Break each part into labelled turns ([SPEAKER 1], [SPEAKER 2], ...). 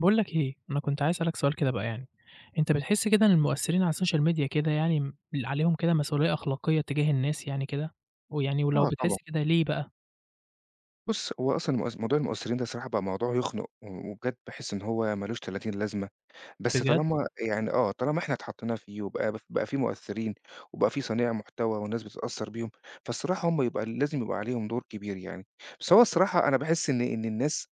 [SPEAKER 1] باقول لك إيه، أنا كنت عايز أسألك سؤال كده بقى يعني، أنت بتحس كده إن المؤثرين على السوشيال ميديا كده يعني عليهم كده مسؤولية أخلاقية تجاه الناس يعني كده؟ ويعني ولو
[SPEAKER 2] آه
[SPEAKER 1] بتحس
[SPEAKER 2] طبعًا.
[SPEAKER 1] كده ليه بقى؟
[SPEAKER 2] بُص، هو أصلًا موضوع المؤثرين ده الصراحة بقى موضوع يخنُق، وبجد باحس إن هو ما لوش 30 لازمة، بس
[SPEAKER 1] بجد؟
[SPEAKER 2] طالما طالما إحنا اتحطينا فيه وبقى ف بقى في مؤثرين، وبقى في صنايع محتوى والناس بتتأثر بيهم، فالصراحة هم يبقى لازم يبقى عليهم دور كبير يعني. بس هو الصراحة أنا باحس إن الناس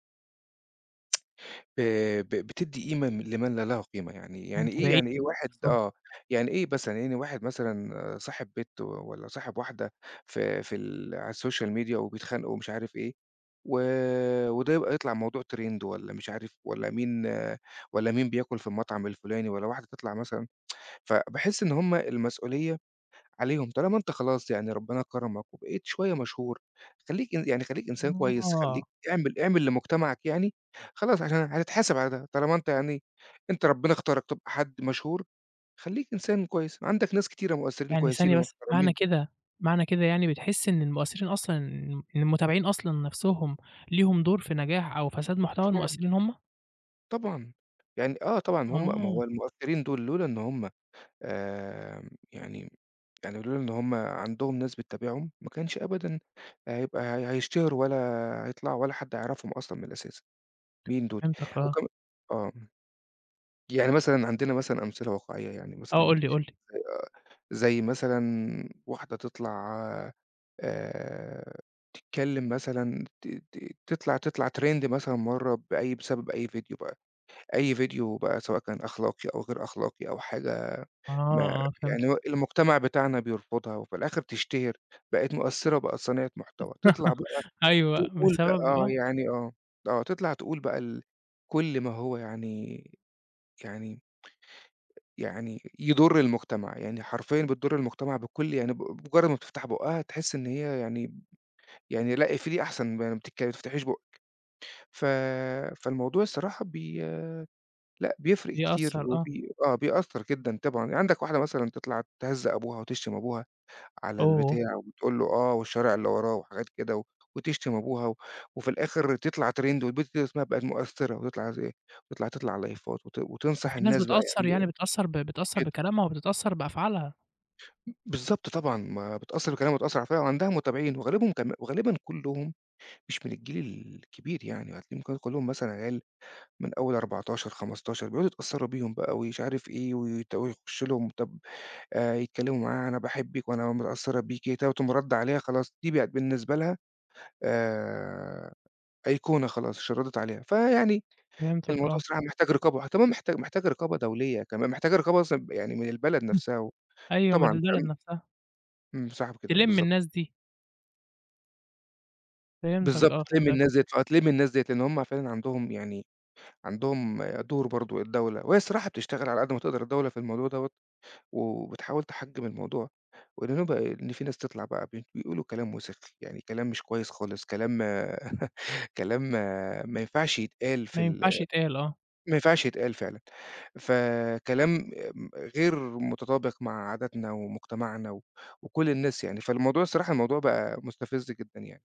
[SPEAKER 2] ب ب بتدّي قيمة لمن لا له قيمة، يعني يعني إيه
[SPEAKER 1] المتابعين
[SPEAKER 2] يعني إيه إمم. واحد
[SPEAKER 1] نفسهم
[SPEAKER 2] يعني إيه مثلًا يعني واحد مثلًا صاحب بيت والّا صاحب واحدة في في ال على السوشيال ميديا وبيتخانقوا ومش عارف إيه، و وده يبقى يطلع موضوع ترند والّا مش عارف والّا مين بياكل في المطعم الفلاني والّا واحدة تطلع مثلًا. فباحس إن هم المسؤولية عليهم، طالما أنت خلاص يعني ربنا كرمك وبقيت شوية مشهور، خلّيك إن يعني خلّيك إنسان كويس،
[SPEAKER 1] آه،
[SPEAKER 2] اعمل لمجتمعك يعني. خلاص، عشان هتتحاسب على ده، طالما أنت يعني أنت ربنا اختارك تبقى حد مشهور، خلّيك إنسان كويس، عندك ناس كتيرة مؤثرين
[SPEAKER 1] يعني
[SPEAKER 2] كويسين
[SPEAKER 1] ثانية بس، معنى
[SPEAKER 2] ومحترمين،
[SPEAKER 1] كده معنى كده يعني بتحس إن المؤثرين أصلًا إن المتابعين أصلًا نفسهم ليهم دور في نجاح أو فساد محتوى
[SPEAKER 2] طبعًا،
[SPEAKER 1] المؤثرين هم؟
[SPEAKER 2] طبعًا، يعني آه طبعًا هم، ما
[SPEAKER 1] آه،
[SPEAKER 2] هو المؤثرين دول لولا إن هم آمم، يعني لولا إن هم عندهم ناس بتتابعهم، ما كانش أبدًا هيبقى هي هيشتهروا ولا هيطلعوا ولا حد هيعرفهم أصلًا من الأساس. مين دول؟
[SPEAKER 1] فهمتك آه،
[SPEAKER 2] وكم آه، يعني مثلًا عندنا مثلًا أمثلة واقعية يعني
[SPEAKER 1] آه
[SPEAKER 2] مثلًا
[SPEAKER 1] قُل لي، قُل لي.
[SPEAKER 2] آآ، زي مثلًا واحدة تطلع، آآ، تتكلم مثلًا ت ت تطلع تطلع trend مثلًا مرة بسبب أي فيديو بقى، أي فيديو بقى سواء كان أخلاقي أو غير أخلاقي أو حاجة ما،
[SPEAKER 1] آه، آه
[SPEAKER 2] يعني
[SPEAKER 1] فهمتك.
[SPEAKER 2] هو المجتمع بتاعنا بيرفضها وفي الآخر تشتهر، بقت مؤثرة وبقت صانعة محتوى، تطلع بقى
[SPEAKER 1] أيوه،
[SPEAKER 2] تقول بقى
[SPEAKER 1] بسبب آه،
[SPEAKER 2] تطلع تقول بقى كل ما هو يعني يعني يضُر المجتمع، يعني حرفيًا بتضُر المجتمع بكل يعني بمجرّد ما بتفتح بُقّها تحس إن هي يعني لأ اقفليه أحسن، ما بتك ما تفتحيش بُقِّك، ف فالموضوع الصراحة لأ بيفرق كتير
[SPEAKER 1] بيأثّر آه،
[SPEAKER 2] وبي آه، بيأثّر جدًا طبعًا، يعني عندك واحدة مثلًا تطلع تهزّق أبوها وتشتم أبوها على
[SPEAKER 1] أوه!
[SPEAKER 2] البتاع وتقول له آه والشارع اللي وراه وحاجات كده وتشتم أبوها وفي الآخر تطلع ترند والبت دي اسمها بقت مؤثّرة وتطلع زي، وتطلع على لايفات وتنصح
[SPEAKER 1] وفي ناس
[SPEAKER 2] الناس بقى
[SPEAKER 1] بتأثّر
[SPEAKER 2] يعملوا
[SPEAKER 1] يعني
[SPEAKER 2] إيه.
[SPEAKER 1] بتأثّر ب بتأثّر بكلامها وبتتأثّر بأفعالها،
[SPEAKER 2] بالضبط طبعًا، ما بتأثّر بكلامها وبتأثّر على فعلًا وعندها متابعين وغالبهم كم وغالبًا كلّهم مش من الجيل الكبير يعني، وهتلاقيهم كانوا كلّهم مثلًا عيال من أول 14، 15 بيقعدوا يتأثّروا بيهم بقى ومش عارف إيه ويخش لهم طب، يتكلّموا معاها "أنا باحبِّك وأنا متأثّرة بيكِ." تقوم رادة عليها خلاص، دي بقت بالنسبة لها آآ أيقونة خلاص، عشان ردِّت عليها. فيعني
[SPEAKER 1] فهمتك
[SPEAKER 2] الموضوع
[SPEAKER 1] آه،
[SPEAKER 2] الصراحة محتاج رقابة، كمان محتاج رقابة دولية، كمان محتاج رقابة أصلًا يعني من البلد نَفْسها و،
[SPEAKER 1] أيوه من
[SPEAKER 2] طبعًا،
[SPEAKER 1] البلد
[SPEAKER 2] فاهم،
[SPEAKER 1] نفسها،
[SPEAKER 2] إمم، صح كده،
[SPEAKER 1] تلِم الناس
[SPEAKER 2] بالضبط.
[SPEAKER 1] دي، فهمتك
[SPEAKER 2] بالضبط،
[SPEAKER 1] آه،
[SPEAKER 2] تلِم
[SPEAKER 1] فهمتك،
[SPEAKER 2] الناس ديّة، فتلِم الناس ديّة، لإن هُم فعلًا عندهم يعني عندهم دور برضه الدولة، وهي الصراحة بتشتغل على قد ما تقدر الدولة في الموضوع دوّة، وبتحاول تحجِّم الموضوع، وإن بقى إن في ناس تطلع بقى بيقولوا كلام وسِخ، يعني كلام مش كويس خالص، كلام كلام ما ينفعش يتقال في
[SPEAKER 1] ما
[SPEAKER 2] ال
[SPEAKER 1] ينفعش يتقال آه،
[SPEAKER 2] ما ينفعش يتقال فعلًا، فكلام م غير متطابق مع عاداتنا ومجتمعنا و وكل الناس يعني، فالموضوع الصراحة الموضوع بقى مستفِز جدًا يعني.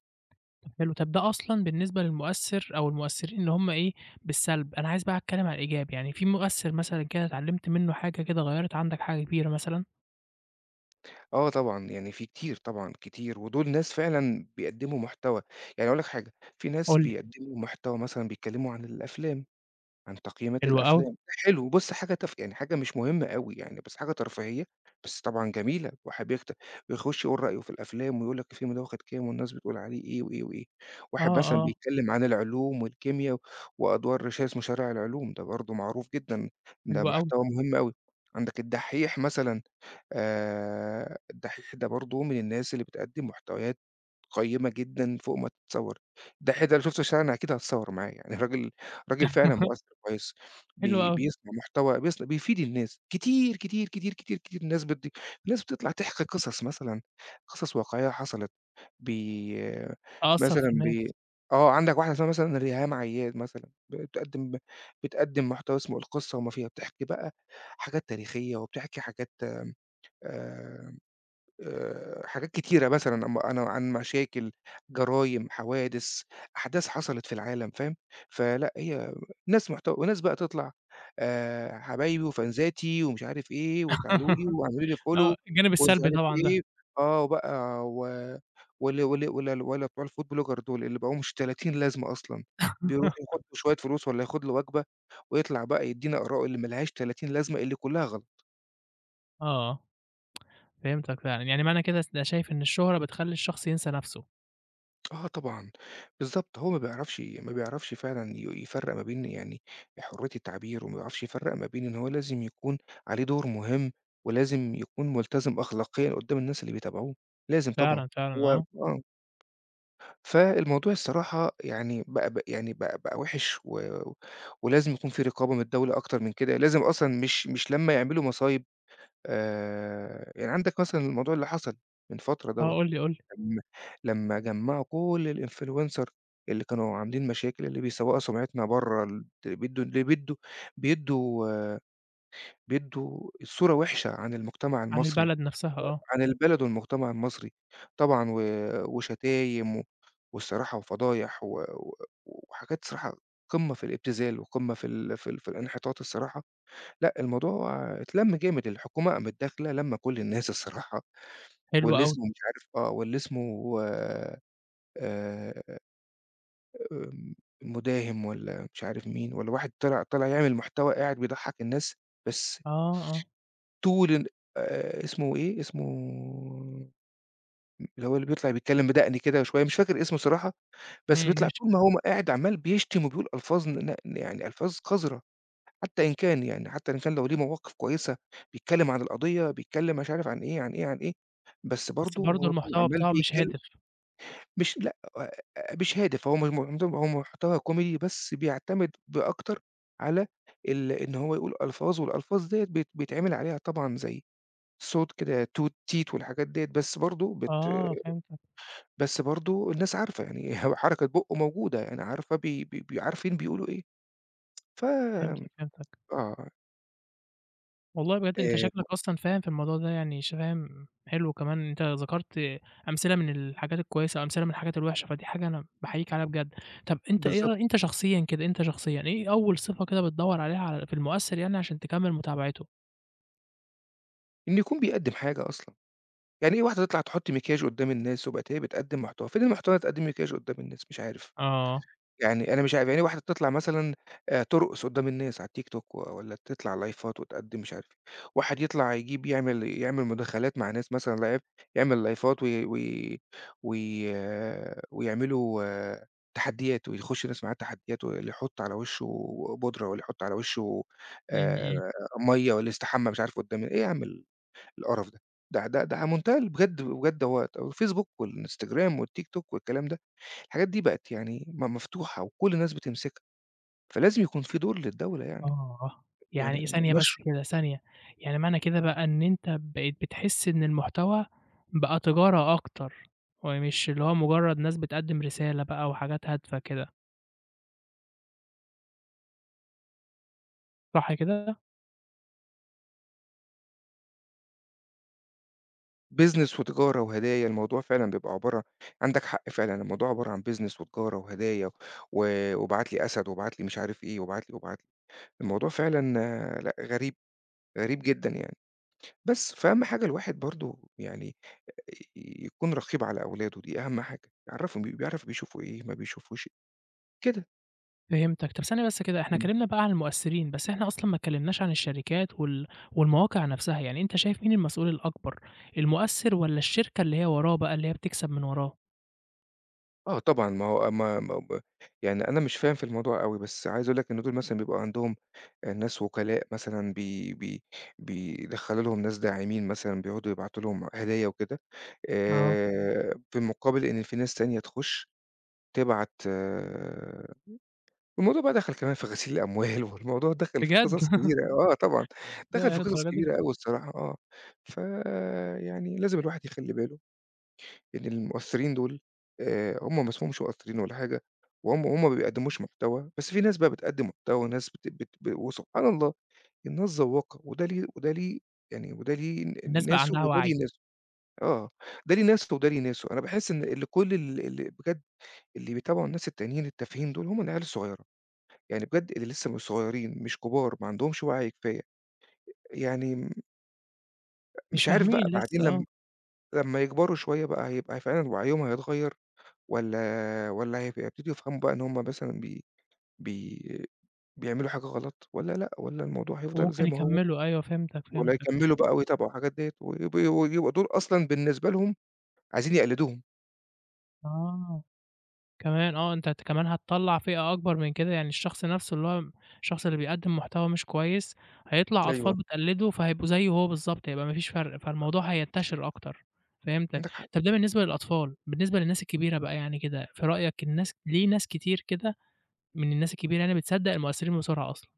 [SPEAKER 1] طب حلو، طب ده أصلًا بالنسبة للمؤثّر أو المؤثّرين اللي هم إيه، بالسلب، أنا عايز بقى أتكلّم عن الإيجاب، يعني في مؤثّر مثلًا كده اتعلّمت منّه حاجة كده غيّرت عندك حاجة كبيرة مثلًا؟
[SPEAKER 2] آه طبعًا، يعني في كتير طبعًا، كتير، ودول ناس فعلًا بيقدّموا محتوى، يعني أقول لك حاجة، في ناس
[SPEAKER 1] قُل لي،
[SPEAKER 2] بيقدّموا محتوى مثلًا بيتكلّموا عن الأفلام، عن تقييمات
[SPEAKER 1] حلو أوي،
[SPEAKER 2] الأفلام، حلو. بُص حاجة تف يعني حاجة مش مهمة أوي يعني، بس حاجة ترفيهية، بس طبعًا جميلة، واحد بيكت بيخش يقول رأيه في الأفلام ويقول لك الفيلم ده واخد كام والناس بتقول عليه إيه وإيه وإيه، واحد
[SPEAKER 1] آه،
[SPEAKER 2] مثلًا
[SPEAKER 1] آه،
[SPEAKER 2] بيتكلم عن العلوم والكيميا وأدوار رشاش مشاريع العلوم، ده برضه معروف جدًا، ده
[SPEAKER 1] حلو أوي،
[SPEAKER 2] محتوى مهم أوي، عندك الدحيح مثلًا، الدحيح ده برضه من الناس اللي بتقدم محتويات قيّمة جدًا فوق ما تتصور، الدحيح ده لو شُفته في الشارع أنا أكيد هاتصور معاه يعني، راجل فعلًا مؤثّر كويس،
[SPEAKER 1] حلو أوي،
[SPEAKER 2] بيصنع محتوى بيفيد الناس كتير، كتير، كتير، كتير، كتير، الناس بتطلع تحكي قصص مثلًا، قصص واقعية حصلت، بي
[SPEAKER 1] تأثّر
[SPEAKER 2] مثلًا
[SPEAKER 1] في الناس،
[SPEAKER 2] بي آه، عندك واحدة اسمها مثلًا ريهام عياد مثلًا، بتقدّم محتوى اسمه القصة وما فيها، بتحكي بقى حاجات تاريخية وبتحكي حاجات، آآ حاجات كتيرة مثلًا، أنا عن مشاكل، جرايم، حوادث، أحداث حصلت في العالم، فاهم؟ فلأ هي ناس محت وناس بقى تطلع، حبايبي وفانزاتي ومش عارف إيه وتعالوا لي واعملوا لي
[SPEAKER 1] آه،
[SPEAKER 2] follow
[SPEAKER 1] الجانب
[SPEAKER 2] ومش
[SPEAKER 1] السلبي
[SPEAKER 2] عارف
[SPEAKER 1] طبعًا ده،
[SPEAKER 2] إيه، آه بقى و وال وال وال ولا بتوع الfood blogger دول اللي بقوا مش 30 لازمة أصلًا، بيروح ياخد له شوية فلوس والّا ياخد له وجبة ويطلع بقى يدّينا آراءه اللي ما لهاش 30 لازمة اللي كلها غلط.
[SPEAKER 1] آه. فهمتك فعلًا، يعني معنى كده شايف إن الشهرة بتخلّي الشخص ينسى نَفْسه،
[SPEAKER 2] آه طبعًا، بالضبط، هو ما بيعرفش فعلًا يفرّق ما بين يعني حرية التعبير، وما بيعرفش يفرّق ما بين إن هو لازم يكون عليه دور مهم، ولازم يكون ملتزم أخلاقيًا قدّام الناس اللي بيتابعوه، لازم طبعًا،
[SPEAKER 1] فعلًا، فعلًا
[SPEAKER 2] هو
[SPEAKER 1] آه،
[SPEAKER 2] آه، فالموضوع الصراحة يعني بقى ب يعني بقى بقى وِحِش و، ولازم يكون في رقابة من الدولة أكتر من كده، لازم أصلًا مش مش لمّا يعملوا مصايب، يعني عندك مثلًا الموضوع اللي حصل من فترة دوّة.
[SPEAKER 1] آه قُل لي، قُل لي،
[SPEAKER 2] لم لمّا جمّعوا كل الinfluencer اللي كانوا عاملين مشاكل، اللي بيسوّقوا سمعتنا برّه بيدّوا اللي بيدّوا بيدّوا بيدّوا صورة وِحشة عن المجتمع
[SPEAKER 1] عن
[SPEAKER 2] المصري،
[SPEAKER 1] البلد نَفْسها آه،
[SPEAKER 2] عن البلد والمجتمع المصري طبعًا و وشتايم و والصراحة وفضايح و و وحاجات صراحة قمّة في الابتذال وقمّة في الانحطاط الصراحة. لأ، الموضوع اتلَم جامد، الحكومة قامت داخلة لَمّة كل الناس الصراحة،
[SPEAKER 1] حلو
[SPEAKER 2] واللي
[SPEAKER 1] أوي،
[SPEAKER 2] اسمه مش عارف آه، واللي اسمه آمم، مداهم والّا مش عارف مين، والّا واحد طلع يعمل محتوى قاعد بيضحّك الناس، بس
[SPEAKER 1] آه، آه،
[SPEAKER 2] طول ال اسمه إيه، اسمه اللي هو اللي بيطلع بيتكلّم بدقن كده شوية، مش فاكر اسمه صراحة، بس
[SPEAKER 1] إمم،
[SPEAKER 2] بيطلع
[SPEAKER 1] ماشي،
[SPEAKER 2] طول ما هو قاعد عمّال بيشتم وبيقول ألفاظ ن ن يعني ألفاظ قذرة، حتى إن كان لو ليه مواقف كويسة، بيتكلّم عن القضية، بيتكلّم مش عارف عن إيه، عن إيه، عن إيه، بس
[SPEAKER 1] بس
[SPEAKER 2] برضه
[SPEAKER 1] برضه
[SPEAKER 2] هو طول
[SPEAKER 1] المحتوى
[SPEAKER 2] عمّال
[SPEAKER 1] بتاعه مش
[SPEAKER 2] بيتكلّم.
[SPEAKER 1] هادف،
[SPEAKER 2] مش لأ، مش هادف، هو محتوى كوميدي بس بيعتمد بأكتر على إن هو يقول ألفاظ، والألفاظ ديّة بيتعمل عليها طبعًا زي صوت كده توت، تيت والحاجات ديّة،
[SPEAKER 1] آه، فهمتك،
[SPEAKER 2] بس برضه الناس عارفة يعني هو حركة بُقُّه موجودة، يعني عارفة، بي بي بي عارفين بيقولوا إيه. ف
[SPEAKER 1] فهمتك، فهمتك،
[SPEAKER 2] آه،
[SPEAKER 1] والله بجد أنت
[SPEAKER 2] آآ
[SPEAKER 1] شكلك أصلًا فاهم في الموضوع ده يعني فاهم حلو كمان أنت ذكرت أمثلة من الحاجات الكويسة وأمثلة من الحاجات الوحشة، فدي حاجة أنا باحييك عليها بجد، طَب أنت إيه
[SPEAKER 2] بالضبط،
[SPEAKER 1] أنت شخصيًا كده، أنت شخصيًا إيه أول صفة كده بتدوّر عليها على في المؤثّر يعني عشان تكمّل متابعته؟
[SPEAKER 2] إنه يكون بيقدّم حاجة أصلًا، يعني إيه واحدة تطلع تحط مكياج قدّام الناس وبعد كده بتقدّم محتوى، فين المحتوى إنها تقدّم مكياج قدّام الناس؟ مش عارف.
[SPEAKER 1] آه،
[SPEAKER 2] يعني أنا مش عارف يعني واحدة تطلع مثلًا ترقص قدّام الناس على التيك توك و والّا تطلع لايفات وتقدّم مش عارف إيه، واحد يطلع يجيب يعمل يعمل مداخلات مع ناس مثلًا لايف، يعمل لايفات وي وي وي ويعملوا تحديات ويخش ناس معاه تحديات، واللي يحط على وشه بودرة، واللي يحط على وشه
[SPEAKER 1] إمم،
[SPEAKER 2] آآ
[SPEAKER 1] إمم.
[SPEAKER 2] مَيّة، واللي يستحمى مش عارف قدّام إيه، يا عم القرف ده. على منتهى بجد بجد، هو الفيسبوك والإنستجرام والتيك توك والكلام ده، الحاجات دي بقت يعني مفتوحة وكل الناس بتمسكها، فلازم يكون في دور للدولة يعني،
[SPEAKER 1] آه، يعني
[SPEAKER 2] يعني
[SPEAKER 1] إيه ثانية بس
[SPEAKER 2] نشر
[SPEAKER 1] كده، ثانية، يعني معنى كده بقى إن أنت بقيت بتحس إن المحتوى بقى تجارة أكتر، ومش اللي هو مجرد ناس بتقدّم رسالة بقى وحاجات هادفة كده، صح كده؟
[SPEAKER 2] business وتجارة وهدايا، الموضوع فعلًا بيبقى عبارة. عندك حق فعلًا، الموضوع عبارة عن business وتجارة وهدايا و، وابعت لي أسد وابعت لي مش عارف إيه وابعت لي وابعت لي، الموضوع فعلًا آه، لأ غريب، غريب جدًا يعني. بس، فأهم حاجة الواحد برضه يعني ي يكون رقيب على أولاده، دي أهم حاجة، يعرّفهم بي بيعرف بيشوفوا إيه، ما بيشوفوش إيه، كده.
[SPEAKER 1] فهمتك، طب ثانية بس كده، إحنا
[SPEAKER 2] إمم.
[SPEAKER 1] اتكلمنا بقى عن المؤثرين، بس إحنا أصلًا ما اتكلمناش عن الشركات والمواقع نفسها، يعني أنت شايف مين المسؤول الأكبر، المؤثر والّا الشركة اللي هي وراه بقى، اللي هي بتكسب من وراه؟
[SPEAKER 2] آه طبعًا، ما هو ما ما ب يعني أنا مش فاهم في الموضوع أوي، بس عايز أقول لك إن دول مثلًا بيبقى عندهم ناس وكلاء مثلًا بي بي بيدخّلوا لهم ناس داعمين مثلًا بيقعدوا يبعتوا لهم هدايا وكده،
[SPEAKER 1] آه،
[SPEAKER 2] في مقابل إن في ناس تانية تبعت. الموضوع بقى دخل كمان في غسيل الأموال، والموضوع دخل في
[SPEAKER 1] بجد!
[SPEAKER 2] قصص كبيرة آه طبعًا، دخل
[SPEAKER 1] ياه
[SPEAKER 2] في قصص
[SPEAKER 1] للدرجة دي!
[SPEAKER 2] كبيرة أوي الصراحة آه، فيعني لازم الواحد يخلّي باله إن المؤثرين دول هم ما اسمهمش مؤثرين ولا حاجة، وهم ما بيقدموش محتوى، بس في ناس بقى بتقدم محتوى وناس بت بت ب وسبحان الله الناس ذواقة، وده ليه وده ليه يعني، وده ليه ن
[SPEAKER 1] الناس بقى
[SPEAKER 2] ناسه
[SPEAKER 1] عندها
[SPEAKER 2] وده
[SPEAKER 1] وعي،
[SPEAKER 2] ليه ناسه، آه، ده ليه ناسه وده ليه ناسه، أنا باحس إن اللي كل ال اللي بجد اللي بيتابعوا الناس التانيين التافهين دول هم العيال الصغيرة. يعني بجد اللي لسه مش صغيرين، مش كبار، ما عندهمش وعي كفاية، يعني
[SPEAKER 1] مش
[SPEAKER 2] مش عارف
[SPEAKER 1] فاهمين
[SPEAKER 2] بقى
[SPEAKER 1] لسه،
[SPEAKER 2] بعدين،
[SPEAKER 1] آه.
[SPEAKER 2] لم لمّا يكبروا شوية بقى هيبقى فعلًا وعيهم هيتغيّر، والّا والّا هيبتدوا يفهموا بقى إن هم مثلًا بي بي بيعملوا حاجة غلط والّا لأ، والّا الموضوع هيفضل
[SPEAKER 1] وممكن
[SPEAKER 2] زي ما هو،
[SPEAKER 1] يكمّلوا أيوه فهمتك،
[SPEAKER 2] والّا
[SPEAKER 1] فهمتك.
[SPEAKER 2] يكمّلوا بقى ويتابعوا الحاجات ديّة ويبقوا دول أصلًا بالنسبة لهم عايزين يقلدوهم.
[SPEAKER 1] آه، كمان آه، أنت كمان هتطلّع فئة أكبر من كده، يعني الشخص نَفْسه اللي هو الشخص اللي بيقدّم محتوى مش كويس، هيطلع أطفال
[SPEAKER 2] أيوه.
[SPEAKER 1] بتقلّده فهيبقوا زيه هو بالضبط، هيبقى ما فيش فرق، فالموضوع
[SPEAKER 2] بالضبط،
[SPEAKER 1] هينتشر أكتر، فهمتك.
[SPEAKER 2] عندك حق.
[SPEAKER 1] طَب ده بالنسبة للأطفال، بالنسبة للناس الكبيرة بقى يعني كده، في رأيك الناس ليه ناس كتير كده من الناس الكبيرة يعني بتصدّق المؤثّرين بسرعة أصلًا؟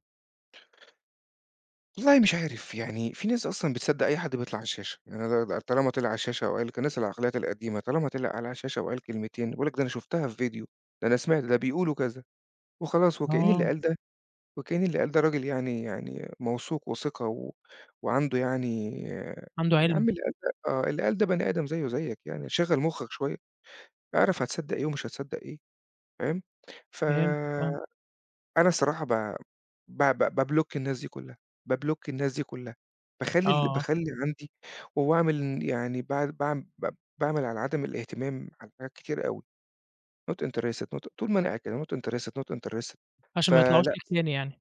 [SPEAKER 2] والله مش عارف، يعني في ناس أصلًا بتصدّق أي حد بيطلع على الشاشة، يعني أنا طالما طلع على الشاشة وقال الناس العقليات القديمة، طالما طلع على الشاشة وقال كلمتين بيقول لك ده أنا شُفتها في فيديو، ده أنا سمعت، ده بيقولوا كذا، وخلاص،
[SPEAKER 1] آه،
[SPEAKER 2] وكأن اللي قال ده راجل يعني يعني موثوق وثِقة و وعنده يعني،
[SPEAKER 1] عنده
[SPEAKER 2] يا
[SPEAKER 1] علم،
[SPEAKER 2] عم اللي قال ده آه، اللي قال ده بني آدم زيه زيك يعني، شغّل مُخّك شوية، اعرف هتصدّق إيه ومش هتصدّق إيه، فاهم؟
[SPEAKER 1] فهمتك آه،
[SPEAKER 2] فأنا الصراحة ب ب ب بablock الناس دي كلّها، بablock الناس دي كلّها،
[SPEAKER 1] آه، آه،
[SPEAKER 2] باخلّي عندي، وباعمل يعني باع باعم ب باعمل على عدم الاهتمام على حاجات كتيرة أوي. not interested not طول ما أنا قاعد كده not interested not interested،
[SPEAKER 1] عشان ما يطلعوش
[SPEAKER 2] فلأ،
[SPEAKER 1] ليك تاني يعني،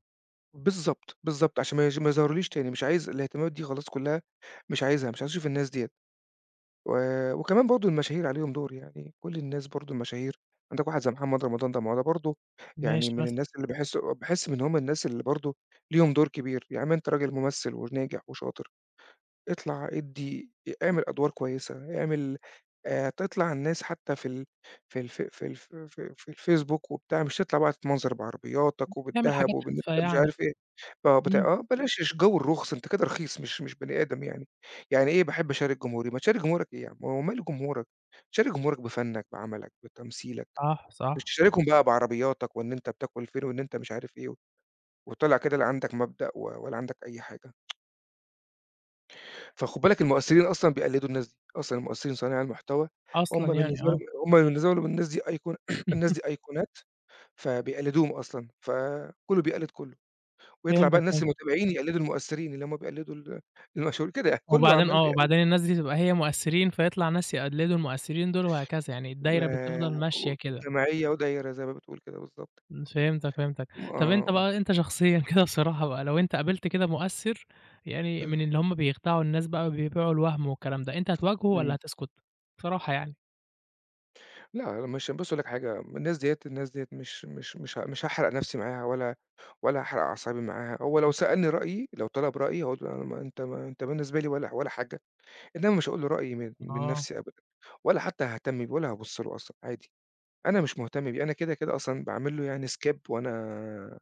[SPEAKER 2] بالضبط، بالضبط عشان ما يظهروليش تاني، مش عايز الاهتمامات دي خلاص كلّها، مش عايزها، مش عايز أشوف الناس ديّة. و، وكمان برضه المشاهير عليهم دور، يعني كل الناس برضه المشاهير، عندك واحد زي محمد رمضان ده، ما هو ده برضه يعني
[SPEAKER 1] ماشي
[SPEAKER 2] من
[SPEAKER 1] مثلًا،
[SPEAKER 2] الناس اللي باحس إن هُم الناس اللي برضه ليهم دور كبير، يا عم أنت راجل ممثل وناجح وشاطر، اطلع ادّي اعمل أدوار كويسة، اعمل تطلع الناس حتى في ال في الف في الف في في الفيسبوك وبتاع، مش تطلع بقى تتمنظر بعربياتك
[SPEAKER 1] تعمل
[SPEAKER 2] وبالدهب
[SPEAKER 1] حاجات
[SPEAKER 2] وبإن
[SPEAKER 1] هادفة
[SPEAKER 2] أنت مش
[SPEAKER 1] يعني،
[SPEAKER 2] عارف إيه، آه بتاع
[SPEAKER 1] إمم.
[SPEAKER 2] آه بلاش جو الرخص، أنت كده رخيص، مش بني آدم يعني، يعني إيه باحب أشارك جمهوري، ما تشارك جمهورك إيه يا عم، هو ماله جمهورك، شارك جمهورك بفنّك، بعملك، بتمثيلك،
[SPEAKER 1] صح،
[SPEAKER 2] مش
[SPEAKER 1] صح.
[SPEAKER 2] تشاركهم بقى بعربياتك وإن أنت بتاكل فين وإن أنت مش عارف إيه، وطالع كده لا عندك مبدأ و ولا عندك أي حاجة. فخُد بالك، المؤثّرين أصلًا بيقلّدوا الناس دي، أصلًا المؤثّرين صانعي المحتوى
[SPEAKER 1] أصلًا
[SPEAKER 2] هم
[SPEAKER 1] يعني
[SPEAKER 2] بالنسبة لهم
[SPEAKER 1] آه.
[SPEAKER 2] هم بالنسبة لهم الناس دي أيقونة الناس دي أيقونات، فبيقلّدوهم أصلًا، فكُلّه بيقلّد كُلّه، ويطلع بقى
[SPEAKER 1] فهمتك،
[SPEAKER 2] الناس
[SPEAKER 1] فهمتك.
[SPEAKER 2] المتابعين يقلّدوا المؤثّرين اللي هم بيقلّدوا المشهور كده يعني، كُلّه
[SPEAKER 1] وبعدين
[SPEAKER 2] عمّال
[SPEAKER 1] آه،
[SPEAKER 2] بيقلّد
[SPEAKER 1] وبعدين الناس دي تبقى هي مؤثرين، فيطلع ناس يقلدوا المؤثرين دول وهكذا، يعني الدايرة بتفضل
[SPEAKER 2] و،
[SPEAKER 1] ماشية كده.
[SPEAKER 2] وجماعية ودايرة زي ما بتقول كده بالضبط،
[SPEAKER 1] إمم، فهمتك، فهمتك. طب أنت
[SPEAKER 2] آه،
[SPEAKER 1] بقى أنت شخصيًا كده بصراحة بقى، لو أنت قابلت كده مؤثر يعني من اللي هم بيخدعوا الناس بقى وبيبيعوا الوهم والكلام ده، أنت هتواجهه والّا
[SPEAKER 2] إمم،
[SPEAKER 1] هتسكت؟ بصراحة يعني.
[SPEAKER 2] لأ لا، مش، بُص أقول لك حاجة، الناس ديّة مش هاحرق نَفْسي معاها ولا ولا هاحرق أعصابي معاها، هو لو سألني رأيي لو طلب رأيي هاقول له أنا، ما أنت بالنسبة لي ولا ولا حاجة، إنما مش هاقول له رأيي من من
[SPEAKER 1] آه.
[SPEAKER 2] نفسي أبدًا، ولا حتى هاهتم بيه ولا هابُص له أصلًا عادي، أنا مش مهتم بيه، أنا كده، كده أصلًا باعمل له يعني skip، وأنا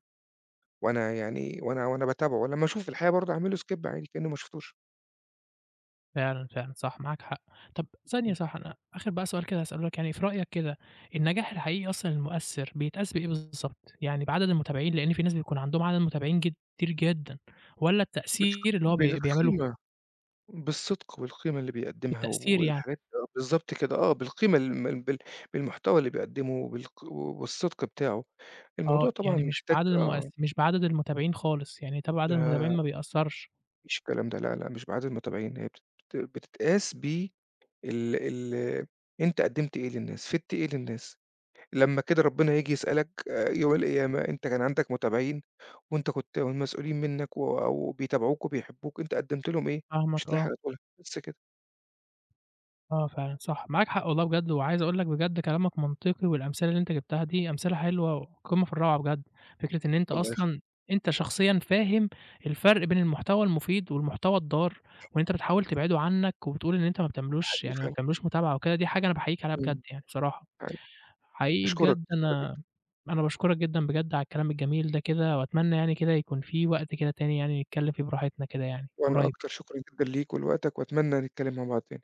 [SPEAKER 2] وأنا يعني وأنا وأنا باتابعه، ولمّا أشوفه في الحقيقة برضه هاعمل له skip عادي كأني ما شفتوش،
[SPEAKER 1] فعلًا، فعلًا صح، معاك حق. طب ثانية
[SPEAKER 2] إمم،
[SPEAKER 1] صح، أنا آخر بقى سؤال كده هاسأله لك يعني في رأيك كده النجاح الحقيقي أصلًا المؤثر بيتقاس بإيه بالضبط؟ يعني بعدد المتابعين، لإن في ناس بيكون عندهم عدد متابعين كتير جدًا، والّا التأثير اللي هو بيعمله؟
[SPEAKER 2] بالقيمة، بالصدق والقيمة اللي بيقدّمها
[SPEAKER 1] التأثير يعني،
[SPEAKER 2] والحاجات آه بالضبط كده، آه بالقيمة الم بال بالمحتوى اللي بيقدّمه والصدق بتاعه،
[SPEAKER 1] آه،
[SPEAKER 2] الموضوع طبعًا
[SPEAKER 1] يعني
[SPEAKER 2] محتاج آه.
[SPEAKER 1] مش بعدد المتابعين خالص، يعني طب عدد
[SPEAKER 2] لا،
[SPEAKER 1] المتابعين
[SPEAKER 2] ما
[SPEAKER 1] ما بيأثّرش.
[SPEAKER 2] فيش الكلام ده، لا، لأ، مش بعدد المتابعين، هي بتتقاس ب ال ال أنت قدّمت إيه للناس، فِدت إيه للناس، لمّا كده ربنا ييجي يسألك، يوم القيامة أنت كان عندك متابعين وأنت كنت والمسؤولين منّك و وبيتابعوك وبيحبوك، أنت قدّمت لهم إيه، مش
[SPEAKER 1] فاهمك
[SPEAKER 2] هتلاقي
[SPEAKER 1] آه.
[SPEAKER 2] حاجة تقولها، بس كده،
[SPEAKER 1] آه فعلًا صح، معاك حق والله بجد، وعايز أقول لك بجد كلامك منطقي والأمثلة اللي أنت جبتها دي أمثلة حلوة قمة في الروعة بجد، فكرة إن أنت
[SPEAKER 2] الله يخ
[SPEAKER 1] أصلًا أنت شخصيًا فاهم الفرق بين المحتوى المفيد والمحتوى الضار، وإن أنت بتحاول تبعده عنك وبتقول إن أنت ما بتعملوش
[SPEAKER 2] حقيقي
[SPEAKER 1] يعني ما
[SPEAKER 2] فعلًا،
[SPEAKER 1] بتعملوش متابعة وكده، دي حاجة أنا باحييك عليها بجد
[SPEAKER 2] إمم،
[SPEAKER 1] يعني بصراحة،
[SPEAKER 2] حقيقي،
[SPEAKER 1] حقيقي بجد
[SPEAKER 2] أشكرك.
[SPEAKER 1] أنا باشكرك جدًا بجد على الكلام الجميل ده كده، وأتمنى يعني كده يكون في وقت كده تاني يعني نتكلم فيه براحتنا كده يعني
[SPEAKER 2] وأنا أكتر،
[SPEAKER 1] قريب.
[SPEAKER 2] شكرًا جدًا ليك ولوقتك وأتمنى نتكلم مع بعض تاني.